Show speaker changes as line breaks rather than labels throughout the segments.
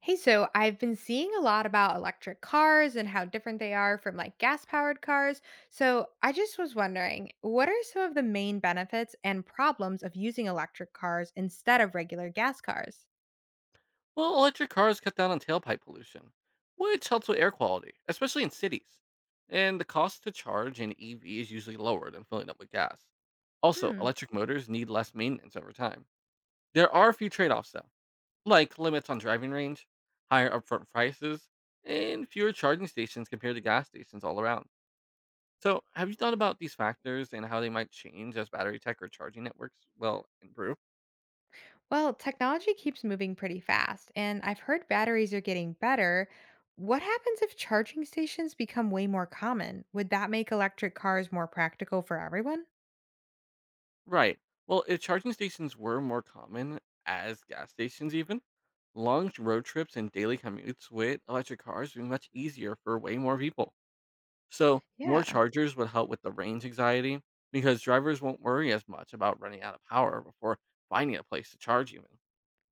Hey, so I've been seeing a lot about electric cars and how different they are from like gas powered cars. So I just was wondering, what are some of the main benefits and problems of using electric cars instead of regular gas cars?
Well, electric cars cut down on tailpipe pollution, which helps with air quality, especially in cities. And the cost to charge an EV is usually lower than filling up with gas. Also,
Hmm.
electric motors need less maintenance over time. There are a few trade offs, though, like limits on driving range, higher upfront prices, and fewer charging stations compared to gas stations all around. So, have you thought about these factors and how they might change as battery tech or charging networks will improve?
Well, technology keeps moving pretty fast, and I've heard batteries are getting better. What happens if charging stations become way more common? Would that make electric cars more practical for everyone?
Right. Well, if charging stations were more common as gas stations, even long road trips and daily commutes with electric cars would be much easier for way more people. So, more
Yeah.
chargers would help with the range anxiety because drivers won't worry as much about running out of power before finding a place to charge, even.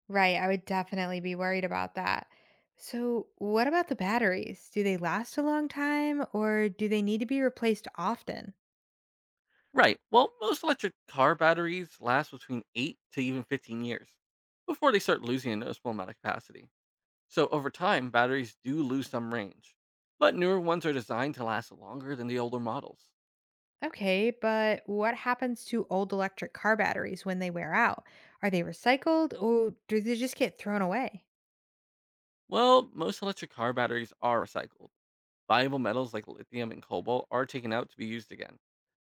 Right, I would definitely be worried about that. So, what about the batteries? Do they last a long time or do they need to be replaced often?
Right. Well, most electric car batteries last between 8 to even 15 years before they start losing a noticeable amount of capacity. So over time, batteries do lose some range, but newer ones are designed to last longer than the older models.
Okay, but what happens to old electric car batteries when they wear out? Are they recycled or do they just get thrown away?
Well, most electric car batteries are recycled. Valuable metals like lithium and cobalt are taken out to be used again.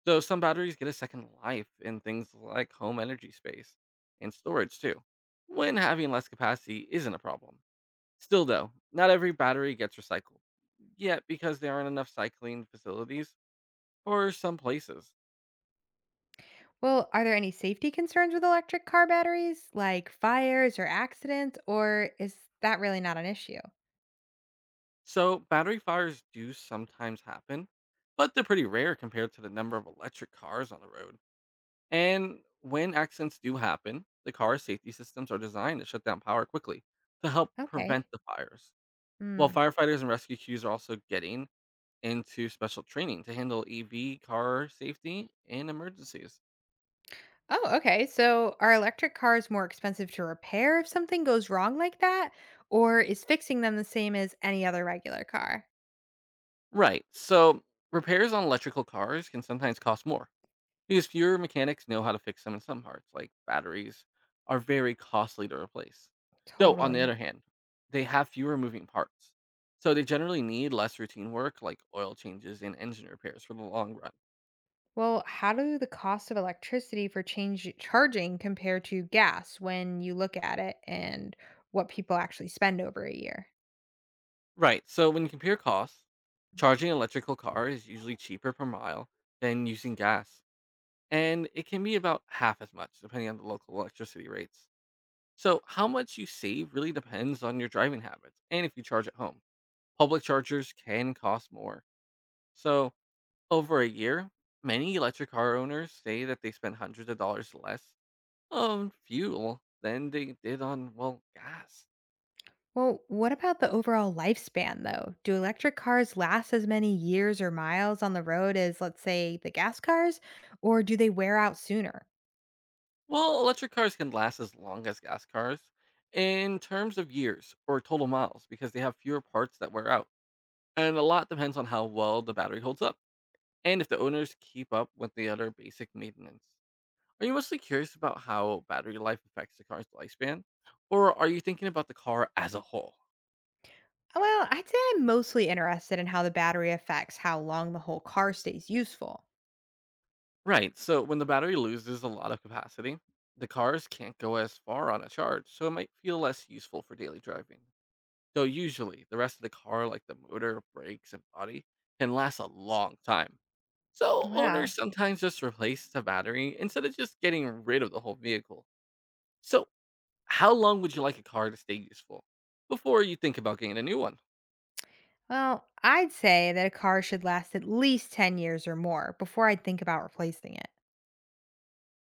So some batteries get a second life in things like home energy space and storage too, when having less capacity isn't a problem. Still though, not every battery gets recycled yet because there aren't enough cycling facilities for some places.
Well, are there any safety concerns with electric car batteries, like fires or accidents, or is that really not an issue?
So, battery fires do sometimes happen, but they're pretty rare compared to the number of electric cars on the road. And when accidents do happen, the car safety systems are designed to shut down power quickly to help prevent
Okay.
the fires. While firefighters and rescue crews are also getting into special training to handle EV car safety and emergencies.
Oh, okay. So are electric cars more expensive to repair if something goes wrong like that? Or is fixing them the same as any other regular car?
Right. So, repairs on electrical cars can sometimes cost more because fewer mechanics know how to fix them in some parts, like batteries, are very costly to replace. Though, on the
Totally.
other hand, they have fewer moving parts. So they generally need less routine work like oil changes and engine repairs for the long run.
Well, how do the cost of electricity for change charging compare to gas when you look at it and what people actually spend over a year?
Right, so when you compare costs, charging an electrical car is usually cheaper per mile than using gas. And it can be about half as much depending on the local electricity rates. So how much you save really depends on your driving habits and if you charge at home. Public chargers can cost more. So, over a year, many electric car owners say that they spent hundreds of dollars less on fuel than they did on, well, gas.
Well, what about the overall lifespan though? Do electric cars last as many years or miles on the road as let's say the gas cars or do they wear out sooner?
Well, electric cars can last as long as gas cars in terms of years or total miles because they have fewer parts that wear out. And a lot depends on how well the battery holds up and if the owners keep up with the other basic maintenance. Are you mostly curious about how battery life affects the car's lifespan? Or are you thinking about the car as a whole?
Well, I'd say I'm mostly interested in how the battery affects how long the whole car stays useful.
Right. So when the battery loses a lot of capacity, the cars can't go as far on a charge, so it might feel less useful for daily driving. So usually the rest of the car, like the motor, brakes, and body, can last a long time. So owners
Wow.
sometimes just replace the battery instead of just getting rid of the whole vehicle. So how long would you like a car to stay useful before you think about getting a new one?
Well, I'd say that a car should last at least 10 years or more before I'd think about replacing it.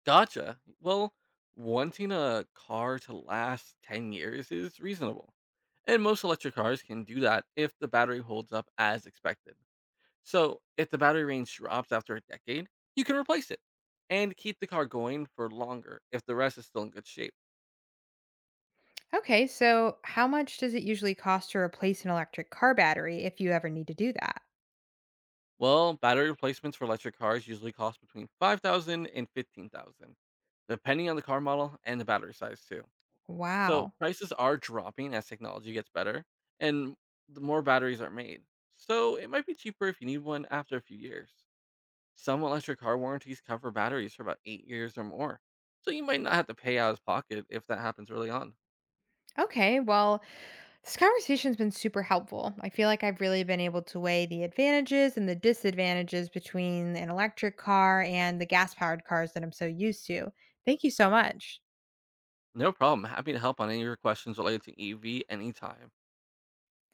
Gotcha. Well, wanting a car to last 10 years is reasonable. And most electric cars can do that if the battery holds up as expected. So, if the battery range drops after a decade, you can replace it and keep the car going for longer if the rest is still in good shape.
Okay, so how much does it usually cost to replace an electric car battery if you ever need to do that?
Well, battery replacements for electric cars usually cost between 5,000 and 15,000, depending on the car model and the battery size too. So
Wow.
prices are dropping as technology gets better and the more batteries are made. So it might be cheaper if you need one after a few years. Some electric car warranties cover batteries for about 8 years or more. So you might not have to pay out of pocket if that happens early on.
Okay, well, this conversation's been super helpful. I feel like I've really been able to weigh the advantages and the disadvantages between an electric car and the gas powered cars that I'm so used to. Thank you so much.
No problem. Happy to help on any of your questions related to EV anytime.